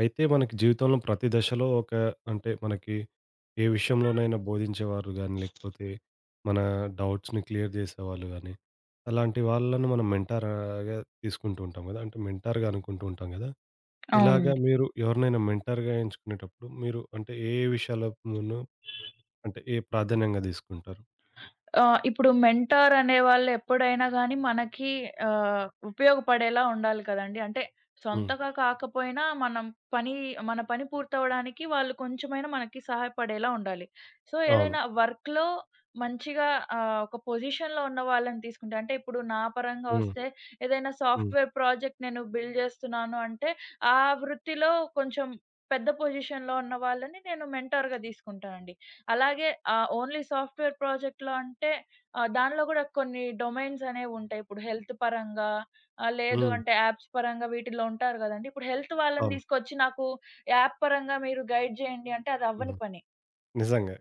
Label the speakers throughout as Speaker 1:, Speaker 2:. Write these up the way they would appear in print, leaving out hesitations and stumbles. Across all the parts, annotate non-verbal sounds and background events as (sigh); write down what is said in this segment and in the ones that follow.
Speaker 1: అయితే మనకి జీవితంలో ప్రతి దశలో ఒక అంటే మనకి ఏ విషయంలోనైనా బోధించేవారు గానీ, లేకపోతే మన డౌట్స్‌ని క్లియర్ జేసేవాళ్ళు గానీ, అలాంటి వాళ్ళను మనం మెంటార్‌గా తీసుకుంటూ ఉంటాం గదా! అంటే మెంటార్‌గా అనుకుంటూ ఉంటాం గదా! ఇలాగా
Speaker 2: అవునండి.
Speaker 1: మీరు ఎవరినైనా మెంటార్‌గా ఎంచుకునేటప్పుడు మీరు అంటే ఏ ఏ విషయాలను అంటే ఏ ప్రాధాన్యంగా దీసుకుంటారు?
Speaker 2: ఇప్పుడు మెంటార్ అనేవాళ్ళు ఎప్పుడైనా గాని మనకి ఉపయోగపడేలా ఉండాలి కదండీ. అంటే
Speaker 1: హ్మ్.
Speaker 2: సొంతగా కాకపోయినా మనం పని మన పని పూర్తవ్వడానికి వాళ్ళు కొంచెమైనా మనకి సహాయపడేలా ఉండాలి. సో,
Speaker 1: అవును.
Speaker 2: ఏదైనా వర్క్‌లో మంచిగా ఒక పొజిషన్‌లో ఉన్న వాళ్ళని తీసుకుంటే అంటే ఇప్పుడు నా పరంగా
Speaker 1: హ్మ్.
Speaker 2: వస్తే ఏదైనా
Speaker 1: హ్మ్.
Speaker 2: సాఫ్ట్‌వేర్ ప్రాజెక్ట్ నేను బిల్డ్ చేస్తున్నాను అంటే, ఆ వృత్తిలో కొంచెం పెద్ద పొజిషన్‌లో ఉన్న వాళ్ళని నేను మెంటార్‌గా తీసుకుంటానండి. అలాగే ఓన్లీ సాఫ్ట్‌వేర్ ప్రాజెక్ట్‌లో అంటే దానిలో గూడా కొన్ని డొమైన్స్ అనేవుంటాయి. ఇప్పుడు హెల్త్ పరంగా లేదు
Speaker 1: హ్మ్.
Speaker 2: అంటే యాప్స్ పరంగా వీటిలో ఉంటారు గదండీ. ఇప్పుడు హెల్త్ వాళ్ళని
Speaker 1: అవును.
Speaker 2: తీసుకొచ్చి నాకు యాప్ పరంగా మీరు గైడ్ జేయండి అంటే అది అవ్వని
Speaker 1: హ్మ్.
Speaker 2: పని.
Speaker 1: నిజంగా.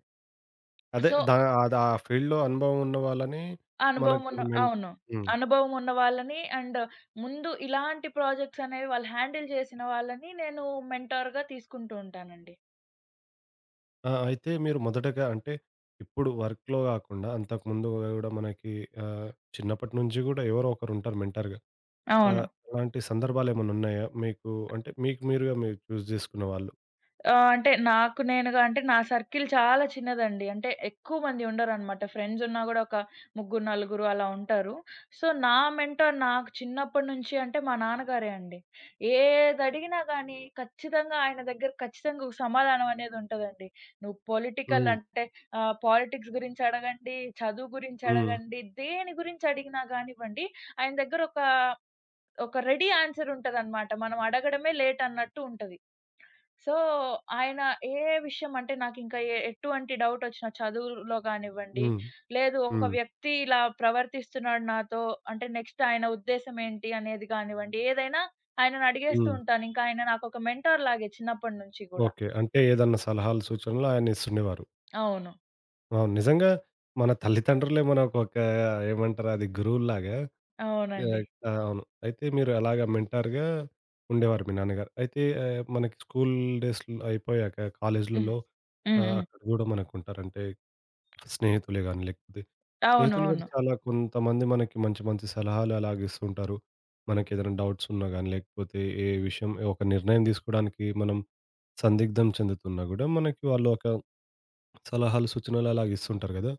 Speaker 1: అదే
Speaker 2: సో,
Speaker 1: దా అది ఆ ఫీల్డ్‌లో అనుభవం ఉన్న వాళ్ళని
Speaker 2: అనుభవం
Speaker 1: మనకు
Speaker 2: ఉన్న
Speaker 1: మెన్
Speaker 2: అవును.
Speaker 1: హ్మ్.
Speaker 2: అనుభవం ఉన్న వాళ్ళని అండ్ ముందు ఇలాంటి ప్రాజెక్ట్స్ అనేవి వాళ్ళు హ్యాండిల్ చేసిన వాళ్ళని నేను మెంటార్‌గా తీసుకుంటూ ఉంటానండి.
Speaker 1: ఆ! అయితే మీరు మొదటగా అంటే, ఇప్పుడు వర్క్‌లో గాకుండా అంతకుముందు గూడా మనకి ఆహ్, చిన్నప్పటి నుంచి గూడా ఎవరో ఒకరుంటారు మెంటార్‌గా.
Speaker 2: అవును.
Speaker 1: అలాంటి సందర్భాలేమన్నున్నాయా? మీకు అంటే మీకు మీరుగా మీరు చూజ్ జేసుకున్న వాళ్ళు.
Speaker 2: ఆ! అంటే నాకు నేనుగా అంటే నా సర్కిల్ చాలా చిన్నదండి. అంటే ఎక్కువ మంది ఉండరనమాట. ఫ్రెండ్స్ ఉన్నా గూడా ఒక ముగ్గురు, నలుగురు అలా ఉంటారు. సో, నా మెంటార్ నాకు చిన్నప్పటి నుంచి అంటే మా నాన్నగారే అండి. ఏదడిగినా గానీ ఖచ్చితంగా ఆయన దగ్గర ఖచ్చితంగా ఒక సమాధానం అనేదుంటదండి. నువ్వు పొలిటికల్
Speaker 1: హ్మ్.
Speaker 2: అంటే పాలిటిక్స్ గురించి అడగండి, చదువు గురించి
Speaker 1: హ్మ్.
Speaker 2: అడగండి, దేని గురించి అడిగినా గానివ్వండి ఆయన దగ్గర ఒక రెడీ ఆన్సర్ ఉంటదనమాట. మనం అడగడమే లేట్ అన్నట్టు ఉంటది. సో, ఆయన ఏ విషయం అంటే నాకింకా ఎటువంటి డౌటొచ్చినా చదువులో కానివ్వండి,
Speaker 1: హ్మ్.
Speaker 2: లేదు ఒక
Speaker 1: హ్మ్.
Speaker 2: వ్యక్తి ఇలా ప్రవర్తిస్తున్నాడు నాతో అంటే నెక్స్ట్ ఆయన ఉద్దేశ్యం ఏంటి అనేది కానివ్వండి, ఏదైనా ఆయనను అడిగేస్తూ
Speaker 1: హ్మ్.
Speaker 2: ఉంటాను. ఇంకా ఆయన నాకొక మెంటార్ లాగే చిన్నప్పటి నుంచి గూడా.
Speaker 1: ఓకే. అంటే ఏదన్నా సలహాలు, సూచనలు ఆయనిస్తుండేవారు.
Speaker 2: అవును.
Speaker 1: అవును. నిజంగా మన తల్లిదండ్రులే మనకొక ఏమంటారు అది గురువుల్లాగా
Speaker 2: అవునండి.
Speaker 1: యాహ్! ఆ! అవును. అయితే మీరు అలాగా మెంటార్‌గా ఉండేవారు మీ నాన్నగారు. అయితే మనకి స్కూల్ డేస్ అయిపోయాక
Speaker 2: హ్మ్.
Speaker 1: కాలేజీలలో
Speaker 2: హ్మ్. హ్మ్.
Speaker 1: అక్కడ గూడా మనకుంటారు. అంటే స్నేహితులే గాని లేకపోతే
Speaker 2: అవును.
Speaker 1: స్నేహితులు గూడా
Speaker 2: అవును.
Speaker 1: చాలా కొంతమంది మనకి మంచి మంచి సలహాలు అలాగ ఇస్తూ ఉంటారు. మనకేదైనా డౌట్స్ ఉన్నా గాని లేకపోతే ఏ విషయం ఒక నిర్ణయం తీసుకోవడానికి మనం సందిగ్ధం చెందుతున్నా గూడా మనకి వాళ్ళు ఒక సలహాలు, సూచనలు అలాగ ఇస్తుంటారు గదా!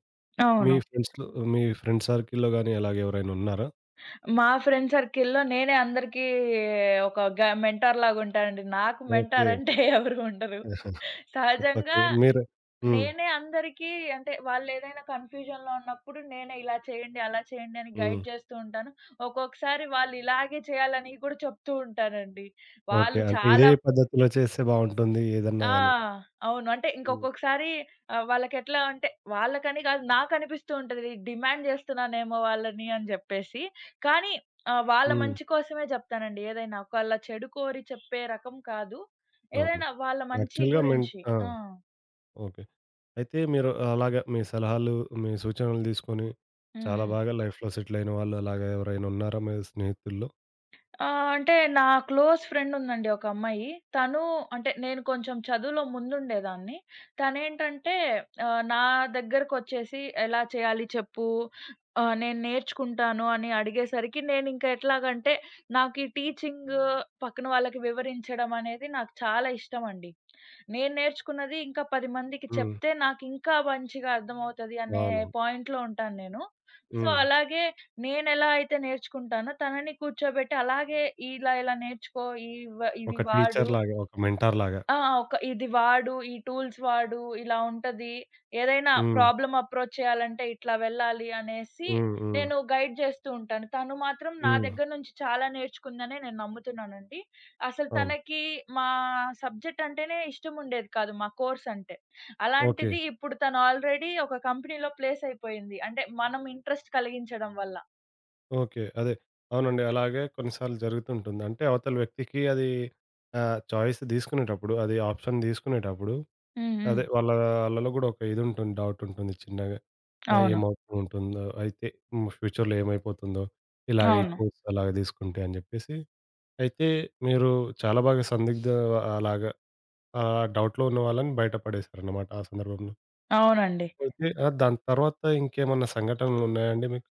Speaker 1: మీ
Speaker 2: అవును.
Speaker 1: ఫ్రెండ్స్‌లో మీ ఫ్రెండ్ సర్కిల్‌లో గాని అలాగ ఎవరైనా ఉన్నారా?
Speaker 2: మా ఫ్రెండ్ సర్కిల్‌లో నేనే అందరికీ ఒక మెంటార్ లాగా ఉంటానండి. నాకు
Speaker 1: ఓకే.
Speaker 2: మెంటార్ అంటే (laughs) ఎవరు ఉండరు. సహజంగా
Speaker 1: ఓకే. మీరు హ్మ్.
Speaker 2: నేనే అందరికీ అంటే వాళ్ళేదైనా కన్‌ఫ్యూజన్‌లో ఉన్నప్పుడు నేనే ఇలా చేయండి, అలా చేయండి అని
Speaker 1: హ్మ్.
Speaker 2: గైడ్ చేస్తూ ఉంటాను. ఒక్కొక్కసారి వాళ్ళు ఇలాగే చేయాలని కూడా చెప్తూ ఉంటానండి.
Speaker 1: ఓకే.
Speaker 2: వాళ్ళు
Speaker 1: అంటే ఇదే
Speaker 2: చాలా
Speaker 1: పద్ధతిలో చేస్తే బావుంటుంది ఏదన్నా
Speaker 2: ఆ!
Speaker 1: గాని.
Speaker 2: అవును. అంటే
Speaker 1: హ్మ్.
Speaker 2: ఇంకొక్కొక్కసారి వాళ్ళకెట్లా అంటే వాళ్ళకని కాదు నాకనిపిస్తూ ఉంటది. డిమాండ్ చేస్తున్నానేమో వాళ్ళని అని చెప్పేసి. కానీ వాళ్ళ
Speaker 1: హ్మ్.
Speaker 2: మంచి కోసమే చెప్తానండి ఏదైనా. ఒకళ్ళ చెడు కోరి చెప్పే రకం కాదు.
Speaker 1: అవును.
Speaker 2: ఏదైనా వాళ్ళ మంచి
Speaker 1: యాక్చువల్‌గా మెన్
Speaker 2: గురించి.
Speaker 1: ఆ!
Speaker 2: ఆ!
Speaker 1: ఓకే. అయితే మీరు అలాగా మీ సలహాలు, మీ సూచనలు తీసుకొని
Speaker 2: హ్మ్.
Speaker 1: చాలా
Speaker 2: హ్మ్.
Speaker 1: బాగా లైఫ్‌లో సెటిల్ అయిన వాళ్ళు అలాగా ఎవరైనా ఉన్నారా మీ స్నేహితుల్లో?
Speaker 2: ఆ! అంటే నా క్లోజ్ ఫ్రెండ్ ఉందండి ఒక అమ్మాయి. తను అంటే నేను కొంచెం చదువులో ముందుండేదాన్ని. తనేంటంటే నా దగ్గరకొచ్చేసి ఎలా చేయాలి చెప్పు? నేను నేర్చుకుంటాను అని అడిగేసరికి నేనింక ఎట్లాగంటే నాకు ఈ టీచింగ్ పక్కన వాళ్ళకి వివరించడం అనేది నాకు చాలా ఇష్టమండి. నేను నేర్చుకున్నది ఇంకా 10 మందికి
Speaker 1: హ్మ్.
Speaker 2: చెప్తే నాకింకా మంచిగా అర్థమవుతది అనే
Speaker 1: అవును.
Speaker 2: పాయింట్‌లో ఉంటాను నేను. సో
Speaker 1: హ్మ్.
Speaker 2: అలాగే నేనెలా అయితే నేర్చుకుంటానో తనని కూర్చోబెట్టి అలాగే ఇలా ఇలా నేర్చుకో ఈ ఇవి
Speaker 1: ఒక
Speaker 2: వాడు.
Speaker 1: టీచర్‌లాగా, ఒక మెంటార్‌లాగా.
Speaker 2: ఆ! ఒక ఇది వాడు, ఈ టూల్స్ వాడు, ఇలా ఉంటది. ఏదైనా
Speaker 1: హ్మ్.
Speaker 2: ప్రాబ్లమ్ అప్రోచ్ చేయాలంటే ఇట్లా వెళ్ళాలి అనేసి
Speaker 1: హ్మ్. హ్మ్.
Speaker 2: నేను గైడ్ చేస్తూ ఉంటాను. తను మాత్రం నా
Speaker 1: హ్మ్.
Speaker 2: దగ్గర నుంచి చాలా నేర్చుకుందనే నేను నమ్ముతున్నానండి. అసలు
Speaker 1: అవును.
Speaker 2: తనకి మా సబ్జెక్ట్ అంటేనే ఇష్టం ఉండేది కాదు. మా కోర్స్ అంటే.
Speaker 1: ఓకే.
Speaker 2: అలాంటిది ఇప్పుడు తను ఆల్రెడీ ఒక కంపెనీలో ప్లేస్ అయిపోయింది. అంటే మనం ఇంట్రెస్ట్ కలిగించడం వల్ల.
Speaker 1: ఓకే. అదే. అవునండి. అలాగే కొన్నిసార్లు జరుగుతుంటుంది. అంటే అవతల వ్యక్తికి అది చాయిస్ తీసుకునేటప్పుడు, అది ఆప్షన్ తీసుకునేటప్పుడు
Speaker 2: హ్మ్. హ్మ్.
Speaker 1: అదే వాళ్ళ ఆళ్ళలో గూడా ఒక ఇదుంటుంది. డౌటుంటుంది చిన్నగా.
Speaker 2: అవును.
Speaker 1: ఏమవుతూ ఉంటుందో, అయితే హ్మ్. ఫ్యూచర్‌లో ఏమైపోతుందో, ఇలాగ ఈ
Speaker 2: అవును.
Speaker 1: కోర్స్ అలాగ తీసుకుంటే అని జెప్పేసి. అయితే మీరు చాలా బాగా సందిగ్ధ అలాగా ఆ డౌట్‌లో ఉన్న వాళ్ళని బయట పడేశారన్నమాట ఆ సందర్భంలో.
Speaker 2: అవునండి.
Speaker 1: అయితే దాని తర్వాత ఇంకేమన్నా సంఘటనలున్నాయా అండి మీకు?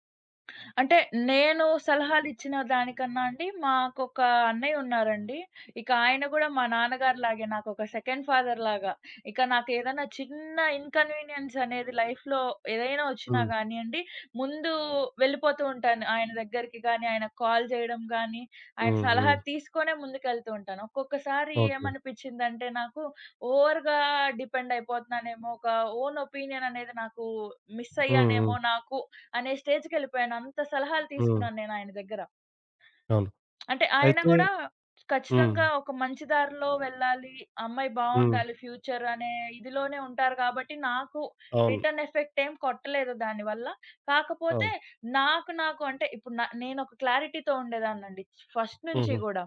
Speaker 2: అంటే నేను సలహాలిచ్చిన దానికన్నా అండి, మాకొక అన్నయ్య ఉన్నారండి. ఇక ఆయన గూడా మా నాన్నగారిలాగే నాకొక సెకండ్ ఫాదర్‌లాగా. ఇక నాకేదైనా చిన్న ఇన్‌కన్వీనియన్స్ అనేది లైఫ్‌లో ఏదైనా వచ్చినా
Speaker 1: హ్మ్.
Speaker 2: గానియండి, ముందు వెళ్ళిపోతూ ఉంటాను ఆయన దగ్గరికి గానీ, ఆయనకు కాల్ జేయడం గానీ, ఆయన
Speaker 1: హ్మ్.
Speaker 2: సలహా
Speaker 1: హ్మ్.
Speaker 2: తీసుకొనే ముందుకెళ్తూ ఉంటాను. ఒక్కొక్కసారి
Speaker 1: ఓకే.
Speaker 2: ఏమనిపిచ్చిందంటే నాకు, ఓవర్‌గా డిపెండ్ అయిపోతున్నానేమో, ఒక ఓన్ ఒపీనియన్ అనేది నాకు మిస్
Speaker 1: హ్మ్.
Speaker 2: అయ్యానేమో
Speaker 1: హ్మ్.
Speaker 2: నాకు అనే స్టేజ్‌కెళ్ళిపోయాను. అంత సలహాలు
Speaker 1: హ్మ్.
Speaker 2: తీసుకున్నాను నేను ఆయన దగ్గర.
Speaker 1: అవును.
Speaker 2: అంటే ఆయన
Speaker 1: అయితే
Speaker 2: గూడా
Speaker 1: హ్మ్.
Speaker 2: ఖచ్చితంగా ఒక మంచి దారిలో వెళ్ళాలి. అమ్మాయి
Speaker 1: హ్మ్.
Speaker 2: బావుండాలి ఫ్యూచర్ అనే ఇదిలోనే ఉంటారు గాబట్టి, నాకు
Speaker 1: అవును.
Speaker 2: రిటర్న్ ఎఫెక్ట్ ఏం కొట్టలేదు దానివల్ల. కాకపోతే
Speaker 1: అవును.
Speaker 2: నాకు అంటే ఇప్పుడు నేనొక క్లారిటీతో ఉండేదాన్నండి ఫస్ట్ నుంచి
Speaker 1: హుహు.
Speaker 2: గూడా.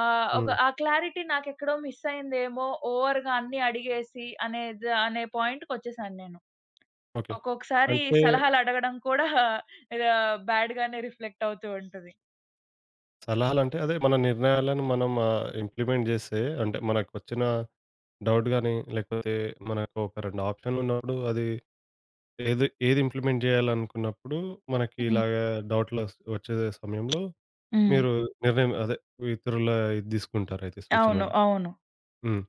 Speaker 2: ఒక
Speaker 1: హ్మ్.
Speaker 2: ఆ క్లారిటీ నాకెక్కడో మిస్ అయిందేమో ఓవర్‌గా అన్నీ అడిగేసి అనేది అనే పాయింట్‌కొచ్చేసాను నేను.
Speaker 1: ఓకే.
Speaker 2: ఒక్కొక్కసారి
Speaker 1: అంటే
Speaker 2: సలహాలడగడం కూడా బ్యాడ్‌గానే రిఫ్లెక్ట్ అవుతూ ఉంటది.
Speaker 1: సలహాలంటే అదే మన నిర్ణయాలను మనం ఇంప్లిమెంట్ జేస్తే అంటే మనకొచ్చిన డౌట్ గాని, లేకపోతే మనకు ఒక 2 ఆప్షన్లున్నప్పుడు అది ఏది ఏది ఇంప్లిమెంట్ జేయాలనుకున్నప్పుడు మనకి
Speaker 2: హ్మ్.
Speaker 1: ఇలాగ డౌట్‌లొస్ వచ్చే సమయంలో
Speaker 2: హ్మ్.
Speaker 1: మీరు నిర్ణయం అదే ఇతరుల ఇది తీసుకుంటారయితే
Speaker 2: అవును.
Speaker 1: సూచనలు.
Speaker 2: అవును.
Speaker 1: హ్మ్.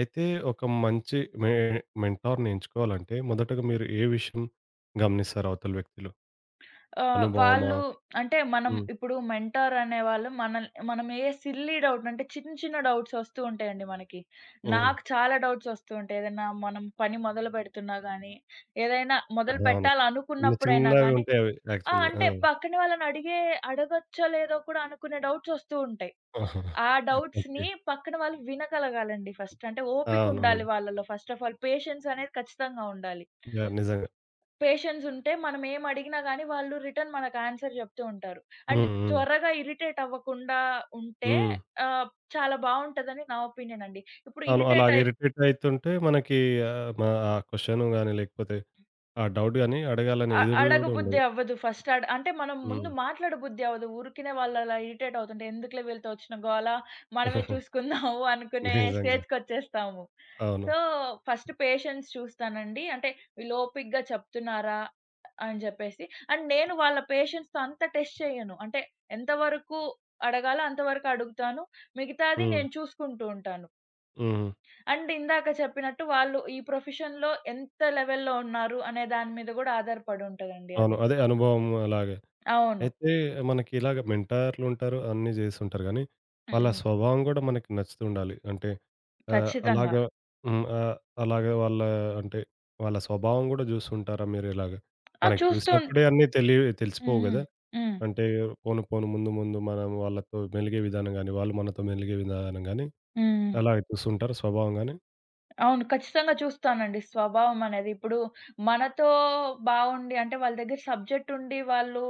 Speaker 1: అయితే ఒక మంచి మెంటార్‌ని ఎంచుకోవాలంటే మొదటగా మీరు ఏ విషయం గమనిస్తారు అవతల వ్యక్తిలో?
Speaker 2: ఆహ్,
Speaker 1: అనుభవమా?
Speaker 2: వాళ్ళు అంటే మనం
Speaker 1: హ్మ్.
Speaker 2: ఇప్పుడు మెంటార్ అనేవాళ్ళు మనం ఏ సిల్లీ డౌట్ అంటే చిన్న చిన్న డౌట్స్ వస్తూ ఉంటాయండి మనకి.
Speaker 1: హ్మ్.
Speaker 2: నాకు చాలా డౌట్స్ వస్తూ ఉంటాయి. ఏదైనా మనం పని మొదలుపెడుతున్నా గానీ, ఏదైనా మొదలు
Speaker 1: అవును. చిన్న
Speaker 2: పెట్టాలనుకున్నప్పుడైనా
Speaker 1: చిన్నవి
Speaker 2: గానీ,
Speaker 1: ఉంటాయి అవి
Speaker 2: ఆ!
Speaker 1: యాక్చువల్‌గా. ఆ!
Speaker 2: అంటే పక్కన వాళ్ళని అడగొచ్చో లేదో కూడా అనుకునే డౌట్స్ వస్తూ ఉంటాయి. ఆ
Speaker 1: (laughs) ఆహా! ఓకే.
Speaker 2: డౌట్స్‌ని పక్కన వాళ్ళు వినగలగాలండి ఫస్ట్. అంటే
Speaker 1: అవునవును.
Speaker 2: ఓపికుండాలి వాళ్ళలో ఫస్ట్ ఆఫ్ ఆల్. పేషెన్స్ అనేది ఖచ్చితంగా ఉండాలి.
Speaker 1: యాహ్! నిజంగా.
Speaker 2: పేషెన్స్ ఉంటే మనం ఏం అడిగినా గాని వాళ్ళు రిటర్న్ మనకు ఆన్సర్ చెప్తూ ఉంటారు. అండ్
Speaker 1: హ్మ్. హ్మ్.
Speaker 2: త్వరగా ఇరిటేట్ అవ్వకుండా ఉంటే
Speaker 1: హ్మ్.
Speaker 2: ఆహ్, చాలా బావుంటదని నా ఒపీనియన్ అండి. ఇప్పుడు
Speaker 1: అవును.
Speaker 2: ఇరిటేట్
Speaker 1: అలాగే ఇరిటేట్ అయితుంటే మనకి ఆహ్, మ ఆ క్వెషన్ గాని లేకపోతే ఆ డౌట్ గాని అడగాలని ఎదురు గూడా
Speaker 2: అడగబుద్ధి
Speaker 1: ఉండదు.
Speaker 2: అవ్వదు. ఫస్ట్ అంటే మనం ముందు
Speaker 1: హ్మ్.
Speaker 2: మాట్లాడబుద్ధి అవ్వదు. ఊరికినే వాళ్ళు అలా ఇరిటేట్ అవుతుంటే, ఎందుకులే వీళ్ళతో వచ్చిన గోల, మనమే
Speaker 1: (laughs)
Speaker 2: చూసుకుందాము (laughs) అనుకునే
Speaker 1: నిజంగా.
Speaker 2: స్టేజ్‌కొచ్చేస్తాము.
Speaker 1: అవును.
Speaker 2: సో, ఫస్ట్ పేషెన్స్ చూస్తానండి. అంటే వీళ్ళు ఓపికగా చెప్తున్నారా? అని చెప్పేసి. అండ్ నేను వాళ్ళ పేషెన్స్‌తో అంత టెస్ట్ చేయను. అంటే ఎంతవరకు అడగాలో అంతవరకు అడుగుతాను. మిగతాది
Speaker 1: హ్మ్.
Speaker 2: నేను చూసుకుంటూ ఉంటాను.
Speaker 1: హ్మ్.
Speaker 2: అండ్ ఇందాక చెప్పినట్టు వాళ్ళు ఈ ప్రొఫెషన్‌లో ఎంత లెవెల్‌లో ఉన్నారు అనే దాని మీద గూడా ఆధారపడి ఉంటదండి
Speaker 1: అవును.
Speaker 2: అది.
Speaker 1: అదే అనుభవం అలాగే.
Speaker 2: అవును.
Speaker 1: అయితే మనకి ఇలాగ మెంటార్లుంటారు. అన్నీ జేస్తుంటారు గానీ,
Speaker 2: హ్మ్.
Speaker 1: వాళ్ళ
Speaker 2: హ్మ్.
Speaker 1: స్వభావం గూడా మనకి నచ్చుతుండాలి. అంటే
Speaker 2: ఖచ్చితంగా.
Speaker 1: అలాగా హ్మ్. అలాగా వాళ్ళ అంటే వాళ్ళ స్వభావం గూడా జూస్తుంటారా మీరిలాగ?
Speaker 2: ఆ!
Speaker 1: మనకి
Speaker 2: చూస్తూ ఉంటా.
Speaker 1: చూసినప్పుడే అన్నీ తెలి
Speaker 2: హ్మ్.
Speaker 1: తెలిసిపోవు
Speaker 2: హ్మ్.
Speaker 1: గదా!
Speaker 2: హ్మ్.
Speaker 1: అంటే పోను పోను ముందు ముందు మనం వాళ్ళతో మెలిగే విధానం గానీ, వాళ్ళు మనతో మెలిగే విధానం గానీ,
Speaker 2: హ్మ్.
Speaker 1: అలాగే చూస్తుంటారా స్వభావం గానీ?
Speaker 2: అవును. ఖచ్చితంగా చూస్తానండి. స్వభావం అనేది. ఇప్పుడు మనతో బావుండి అంటే వాళ్ళ దగ్గర సబ్జెక్ట్ ఉండి వాళ్ళు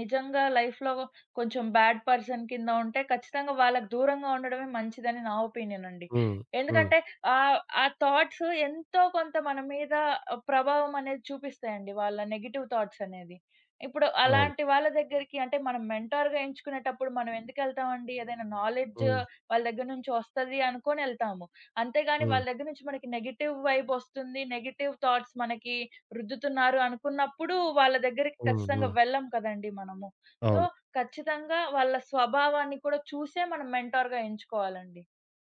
Speaker 2: నిజంగా లైఫ్‌లో కొంచెం బ్యాడ్ పర్సన్ కింద ఉంటే ఖచ్చితంగా వాళ్ళకి దూరంగా ఉండడమే మంచిదని నా ఒపీనియన్ అండి.
Speaker 1: హ్మ్. హ్మ్.
Speaker 2: ఎందుకంటే ఆ థాట్స్ ఎంతో కొంత మన మీద ప్రభావం అనేది చూపిస్తాయండి. వాళ్ళ నెగెటివ్ థాట్స్ అనేది. ఇప్పుడు
Speaker 1: అవును.
Speaker 2: అలాంటి వాళ్ళ దగ్గరికి అంటే మనం మెంటార్‌గా ఎంచుకునేటప్పుడు మనం ఎందుకెళ్తామండి? ఏదైనా నాలెడ్జ్
Speaker 1: హ్మ్.
Speaker 2: వాళ్ళ దగ్గర నుంచి వస్తది అనుకోని ఎళ్తాము. అంతేగాని
Speaker 1: హ్మ్.
Speaker 2: వాళ్ళ దగ్గర నుంచి మనకి నెగెటివ్ వైబ్ వస్తుంది. నెగెటివ్ థాట్స్ మనకి రుద్దుతున్నారు అనుకున్నప్పుడు వాళ్ళ దగ్గరికి
Speaker 1: హ్మ్.
Speaker 2: ఖచ్చితంగా
Speaker 1: హ్మ్.
Speaker 2: వెళ్ళం కదండీ మనము. సో,
Speaker 1: అవును.
Speaker 2: ఖచ్చితంగా వాళ్ళ స్వభావాన్ని కూడా చూసే మనం మెంటార్‌గా ఎంచుకోవాలండి.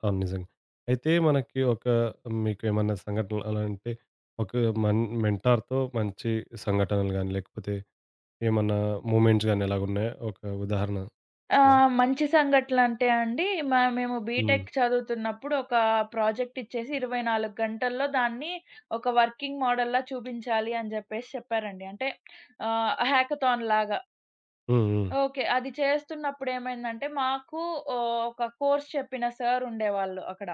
Speaker 1: అవును. నిజంగా. అయితే మనకి ఒక మీకేమన్నా సంఘటనలు అలా అంటే ఒక మెంటార్‌తో మంచి సంఘటనలు గాని, లేకపోతే ఏమన్నా మూమెంట్స్ గాని అలాగున్నాయా? ఒక ఉదాహరణలా?
Speaker 2: మంచి సంఘటనలంటే అండి మేము
Speaker 1: హ్మ్.
Speaker 2: బీటెక్ చదువుతున్నప్పుడు ఒక ప్రాజెక్ట్ ఇచ్చేసి 24 గంటల్లో దాన్ని ఒక వర్కింగ్ మోడల్‌లా చూపించాలి అని జెప్పేసి చెప్పారండి. అంటే హ్యాకథాన్‌లాగా.
Speaker 1: హ్మ్. హ్మ్.
Speaker 2: ఓకే. అది చేస్తున్నప్పుడేమైందంటే, మాకు ఓహ్, ఒక కోర్స్ చెప్పిన సార్ ఉండేవాళ్ళు అక్కడ.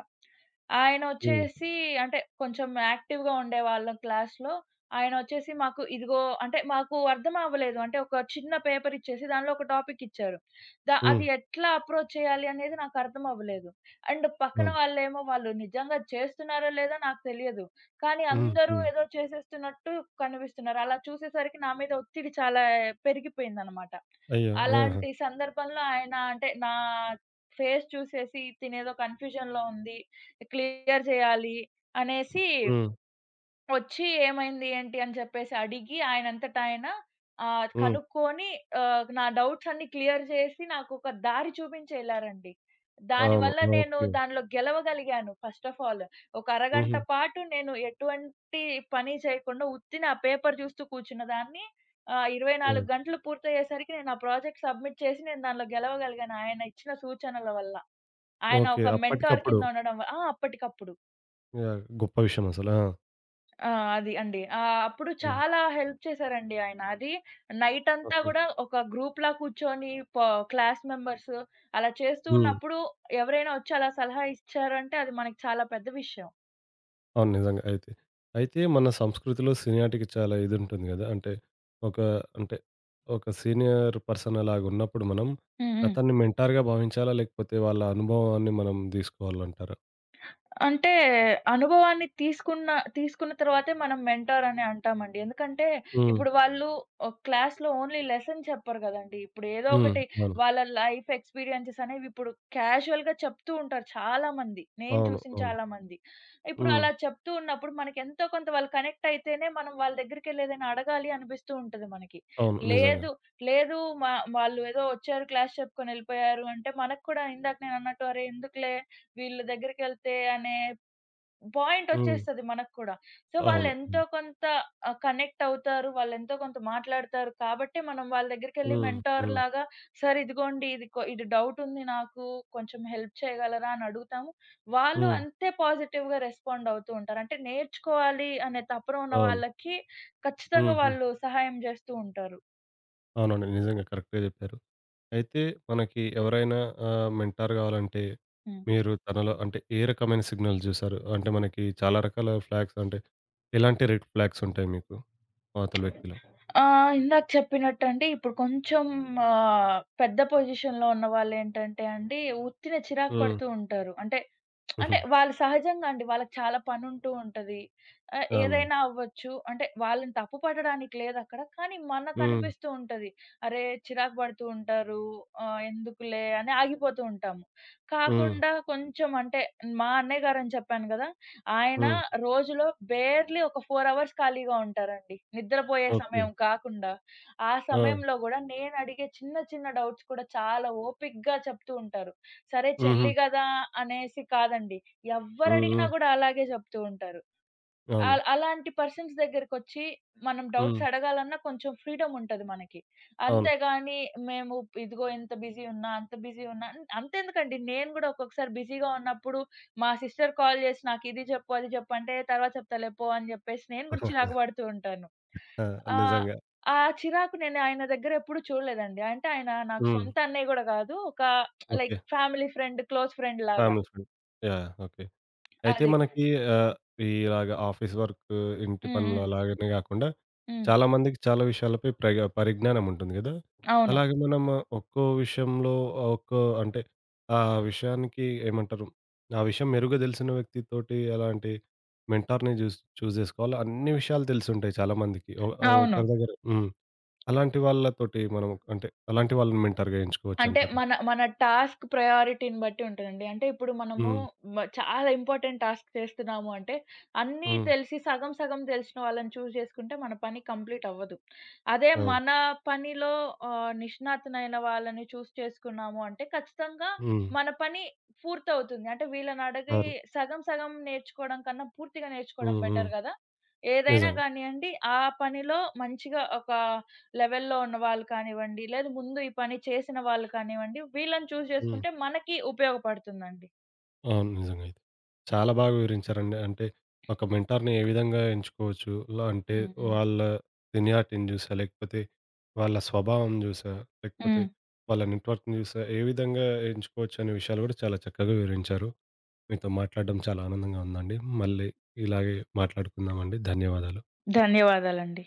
Speaker 1: హ్మ్.
Speaker 2: ఆయనొచ్చేసి అంటే కొంచెం యాక్టివ్‌గా ఉండేవాళ్ళం క్లాస్‌లో. ఆయనొచ్చేసి మాకు ఇదిగో అంటే మాకు అర్థం అవ్వలేదు. అంటే ఒక చిన్న పేపర్ ఇచ్చేసి దానిలో ఒక టాపిక్ ఇచ్చారు.
Speaker 1: హ్మ్.
Speaker 2: అది ఎట్లా అప్రోచ్ చేయాలి అనేది నాకు అర్థం అవ్వలేదు. అండ్ పక్కన
Speaker 1: అవును.
Speaker 2: వాళ్ళేమో వాళ్ళు నిజంగా చేస్తున్నారో లేదో నాకు తెలియదు. కానీ
Speaker 1: హ్మ్.
Speaker 2: అందరూ
Speaker 1: హ్మ్.
Speaker 2: ఏదో చేసేస్తున్నట్టు కనిపిస్తున్నారు. అలా చూసేసరికి నా మీద ఒత్తిడి చాలా పెరిగిపోయిందనమాట.
Speaker 1: అయ్యో! ఆహా!
Speaker 2: అలాంటి సందర్భంలో ఆయన అంటే నా ఫేస్ చూసేసి, "తినేదో కన్‌ఫ్యూజన్‌లో ఉంది. క్లియర్ చేయాలి" అనేసి
Speaker 1: హ్మ్.
Speaker 2: వచ్చి ఏమైంది? ఏంటి? అని చెప్పేసి అడిగి ఆయనంతట ఆయన
Speaker 1: హ్మ్.
Speaker 2: కనుక్కొని నా డౌట్స్ అన్నీ క్లియర్ చేసి నాకొక దారి చూపించి ఎళ్లారండి.
Speaker 1: అవును.
Speaker 2: దానివల్ల నేను
Speaker 1: ఓకే.
Speaker 2: దానిలో గెలవగలిగాను ఫస్ట్ ఆఫ్ ఆల్. ఒక అరగంట
Speaker 1: హుహు.
Speaker 2: పాటు నేను ఎటువంటి పని చేయకుండా ఉత్తినే ఆ పేపర్ చూస్తూ కూర్చున్నదాన్ని 24
Speaker 1: ఓహ్!
Speaker 2: గంటలు పూర్తయ్యేసరికి నేను ఆ ప్రాజెక్ట్ సబ్మిట్ చేసి నేను దానిలో గెలవగలిగాను. ఆయన ఇచ్చిన సూచనల వల్ల. ఆయన
Speaker 1: ఓకే.
Speaker 2: ఒక మెంటార్
Speaker 1: అప్పటికప్పుడు
Speaker 2: కింద ఉండడం ఆ! అప్పటికప్పుడు.
Speaker 1: యాహ్! గొప్ప విషయం అసలు. ఆ!
Speaker 2: ఆ! అది అండి. అప్పుడు
Speaker 1: హ్మ్.
Speaker 2: చాలా హెల్ప్ చేశారండి ఆయన. అది నైటంతా
Speaker 1: ఓకే.
Speaker 2: గూడా ఒక గ్రూప్‌లా కూర్చొని ప క్లాస్ మెంబర్స్ అలా చేస్తూ
Speaker 1: హ్మ్.
Speaker 2: ఉన్నప్పుడు ఎవరైనా వచ్చి అలా సలహా ఇచ్చారంటే అది మనకి చాలా పెద్ద విషయం.
Speaker 1: అవును. నిజంగా అయితే. అయితే మన సంస్కృతిలో సీనియారిటీకి చాలా ఇదుంటుంది గదా! అంటే ఒక అంటే ఒక సీనియర్ పర్సన్ అలాగున్నప్పుడు మనం
Speaker 2: హ్మ్. హ్మ్.
Speaker 1: అతన్ని మెంటార్‌గా భావించాలా? లేకపోతే వాళ్ళ అనుభవాన్ని మనం దీసుకోవాలంటారా?
Speaker 2: అంటే అనుభవాన్ని తీసుకున్న తీసుకున్న తర్వాతే మనం మెంటార్ అని అంటామండి. ఎందుకంటే
Speaker 1: హ్మ్.
Speaker 2: ఇప్పుడు వాళ్ళు క్లాస్‌లో ఓన్లీ లెసన్ చెప్పరు గదండీ. ఇప్పుడు ఏదో
Speaker 1: హ్మ్.
Speaker 2: ఒకటి
Speaker 1: అవును.
Speaker 2: వాళ్ళ లైఫ్ ఎక్స్‌పీరియన్సెస్ అనేవి ఇప్పుడు క్యాజువల్‌గా చెప్తూ ఉంటారు చాలామంది. నేను
Speaker 1: అవును.
Speaker 2: చూసిన
Speaker 1: అవును.
Speaker 2: చాలామంది. ఇప్పుడు
Speaker 1: హ్మ్.
Speaker 2: అలా చెప్తూ ఉన్నప్పుడు మనకి ఎంతో కొంత వాళ్ళు కనెక్ట్ అయితేనే మనం వాళ్ళ దగ్గరికెళ్ళి ఏదైనా అడగాలి అనిపిస్తూ ఉంటది మనకి.
Speaker 1: అవును. నిజంగా.
Speaker 2: లేదు, లేదు, మా వాళ్ళు ఏదో వచ్చారు క్లాస్ చెప్పుకొని ఎళ్ళిపోయారు అంటే మనకు కూడా ఇందాక నేనన్నట్టు అరే! ఎందుకులే వీళ్ళ దగ్గరికెళ్తే అనే
Speaker 1: హ్మ్.
Speaker 2: పాయింటొచ్చేస్తది మనకు కూడా. సో,
Speaker 1: అవును.
Speaker 2: వాళ్ళెంతో
Speaker 1: హ్మ్.
Speaker 2: కొంత కనెక్టవుతారు. వాళ్ళెంతో కొంత మాట్లాడతారు. కాబట్టే మనం వాళ్ళ దగ్గరికెళ్ళి
Speaker 1: హ్మ్. హ్మ్.
Speaker 2: మెంటార్‌లాగా "సార్ ఇదిగోండి ఇది ఇది డౌటుంది నాకు. కొంచెం హెల్ప్ చేయగలరా?" అని అడుగుతాము. వాళ్ళు
Speaker 1: హ్మ్.
Speaker 2: అంతే పాజిటివ్‌గా రెస్పాండవుతూ ఉంటారు. అంటే నేర్చుకోవాలి అనే తపన ఉన్న
Speaker 1: అవును.
Speaker 2: వాళ్ళకి ఖచ్చితంగా
Speaker 1: హుహు.
Speaker 2: వాళ్ళు సహాయం జేస్తూ ఉంటారు.
Speaker 1: అవునండి. నిజంగా కరెక్ట్‌గా జెప్పారు. అయితే మనకి ఎవరైనా మెంటార్ గావాలంటే,
Speaker 2: హ్మ్.
Speaker 1: మీరు తనలో అంటే ఏ రకమైన సిగ్నల్స్ జూసారు? అంటే మనకి చాలా రకాల ఫ్లాగ్స్ అంటే, ఎలాంటి రెడ్ ఫ్లాగ్స్ ఉంటాయి మీకు అవతల వ్యక్తిలో?
Speaker 2: ఆ! ఇందాక చెప్పినట్టండి ఇప్పుడు కొంచెం పెద్ద పొజిషన్‌లో ఉన్నవాళ్ళేంటంటే అండి, ఉత్తినే చిరాకు
Speaker 1: హ్మ్.
Speaker 2: పడుతూ ఉంటారు. అంటే,
Speaker 1: హుహు.
Speaker 2: అంటే వాళ్ళు సహజంగా అండి. వాళ్ళకి చాలా పనుంటూ ఉంటది.
Speaker 1: అవును.
Speaker 2: ఏదైనా అవ్వచ్చు. అంటే వాళ్ళని తప్పు పట్టడానికి లేదక్కడ. కానీ
Speaker 1: హ్మ్.
Speaker 2: మనకనిపిస్తూ ఉంటది. అరే! చిరాకు పడుతూ ఉంటారు. ఎందుకులే అని ఆగిపోతూ ఉంటాము.
Speaker 1: హ్మ్.
Speaker 2: కాకుండా కొంచెం అంటే మా అన్నయ్య గారని చెప్పాను గదా! ఆయన
Speaker 1: హ్మ్.
Speaker 2: రోజులో బేర్‌లీ ఒక 4 అవర్స్ ఖాళీగా ఉంటారండి. నిద్రపోయే
Speaker 1: ఓకే.
Speaker 2: సమయం కాకుండా. ఆ
Speaker 1: ఆ!
Speaker 2: సమయంలో గూడా నేనడిగే చిన్న చిన్న డౌట్స్ కూడా చాలా ఓపికగా చెప్తూ ఉంటారు. సరే
Speaker 1: హుహు.
Speaker 2: చెల్లి గదా అనేసి కాదండి.
Speaker 1: హ్మ్.
Speaker 2: ఎవ్వరడిగినా
Speaker 1: హ్మ్.
Speaker 2: గూడా అలాగే జెప్తూ ఉంటారు.
Speaker 1: అవును.
Speaker 2: ఆల్ అలాంటి పర్సన్స్ దగ్గరకొచ్చి మనం డౌట్స్
Speaker 1: హ్మ్.
Speaker 2: అడగాలన్నా కొంచెం ఫ్రీడమ్ ఉంటది మనకి.
Speaker 1: అవును.
Speaker 2: అంతేగాని మేము ఇదిగో ఇంత బిజీ ఉన్నా, అంత బిజీ ఉన్నా అంతెందుకండి నేను గూడా ఒక్కొక్కసారి బిజీగా ఉన్నప్పుడు మా సిస్టర్ కాల్ చేసి నాకు ఇది చెప్పు, అది చెప్పు అంటే తర్వాత చెప్తాలే పో అని చెప్పేసి నేను గూడా చిరాకు
Speaker 1: (laughs)
Speaker 2: పడుతూ ఉంటాను.
Speaker 1: ఆ!
Speaker 2: ఆహ్,
Speaker 1: నిజంగా.
Speaker 2: ఆ చిరాకు నేను ఆయన దగ్గర ఎప్పుడు చూడలేదండి. అంటే ఆయన నాకు
Speaker 1: హ్మ్.
Speaker 2: సొంత అన్నయ్య గూడా కాదు. ఒక
Speaker 1: okay.
Speaker 2: Like family friend, close friend లాగా.
Speaker 1: Family friend. యాహ్! ఓకే. అయితే
Speaker 2: అది.
Speaker 1: మనకి ఆహ్, ఇలాగ ఆఫీస్ వర్క్, ఇంటి
Speaker 2: హ్మ్.
Speaker 1: పనులు
Speaker 2: హ్మ్.
Speaker 1: అలాగనే గాకుండా
Speaker 2: హ్మ్.
Speaker 1: చాలా మందికి చాలా విషయాలపై పరిజ్ఞానం ఉంటుంది గదా!
Speaker 2: అవును.
Speaker 1: అలాగే మనం ఒక్కో విషయంలో ఒక్కో అంటే ఆ విషయానికి ఏమంటారు? ఆ విషయం మెరుగ్గా దెలిసిన వ్యక్తితోటి అలాంటి మెంటార్‌ని చూజ్ జేసుకోవాలి. అన్ని విషయాలు తెలిసుంటాయి చాలా మందికి.
Speaker 2: అవును.
Speaker 1: ఒకరి దగ్గర హ్మ్. అలాంటి వాళ్ళతోటి మనం అంటే అలాంటి వాళ్ళని మెంటార్‌గా
Speaker 2: అంటే
Speaker 1: ఎంచుకోవచ్చంటారా?
Speaker 2: మన మన టాస్క్ ప్రయారిటీని బట్టి ఉంటదండి. అంటే ఇప్పుడు మనము
Speaker 1: హ్మ్.
Speaker 2: చాలా ఇంపార్టెంట్ టాస్క్ చేస్తున్నాము అంటే, అన్నీ
Speaker 1: హ్మ్.
Speaker 2: తెలిసి సగం సగం తెలిసిన వాళ్ళని చూజ్ చేసుకుంటే మన పని కంప్లీట్ అవ్వదు. అదే
Speaker 1: అవును.
Speaker 2: మన పనిలో నిష్ణాతునైన వాళ్ళని చూస్ చేసుకున్నాము అంటే ఖచ్చితంగా
Speaker 1: హ్మ్.
Speaker 2: మన పని పూర్తవుతుంది. అంటే వీళ్ళని అడిగి
Speaker 1: అవును.
Speaker 2: సగం సగం నేర్చుకోవడం కన్నా పూర్తిగా నేర్చుకోవడం
Speaker 1: హ్మ్. హ్మ్.
Speaker 2: బెటర్ గదా! ఏదైనా
Speaker 1: నిజంగా.
Speaker 2: గానియండి ఆ పనిలో మంచిగా ఒక లెవెల్‌లో ఉన్న వాళ్ళు కానివ్వండి, లేదు ముందు ఈ పని చేసిన వాళ్ళు కానివ్వండి, వీళ్ళని చూజ్
Speaker 1: హ్మ్.
Speaker 2: చేసుకుంటే మనకి ఉపయోగపడుతుందండి.
Speaker 1: అవును. నిజంగా ఇది. చాలా బాగా వివరించారండి. అంటే ఒక మెంటార్‌ని ఏ విధంగా ఎంచుకోవచ్చు? అంటే
Speaker 2: హ్మ్. హ్మ్.
Speaker 1: వాళ్ళ సీనియారిటీని చూసా, లేకపోతే వాళ్ళ స్వభావం చూసా, లేకపోతే
Speaker 2: హ్మ్.
Speaker 1: వాళ్ళ నెట్వర్క్‌ని చూసా ఏ విధంగా ఎంచుకోవచ్చు అనే విషయాలు కూడా చాలా చక్కగా వివరించారు. మీతో మాట్లాడడం చాలా ఆనందంగా ఉందండి. మళ్ళీ ఇలాగే మాట్లాడుకుందామండి. ధన్యవాదాలు.
Speaker 2: ధన్యవాదాలండి.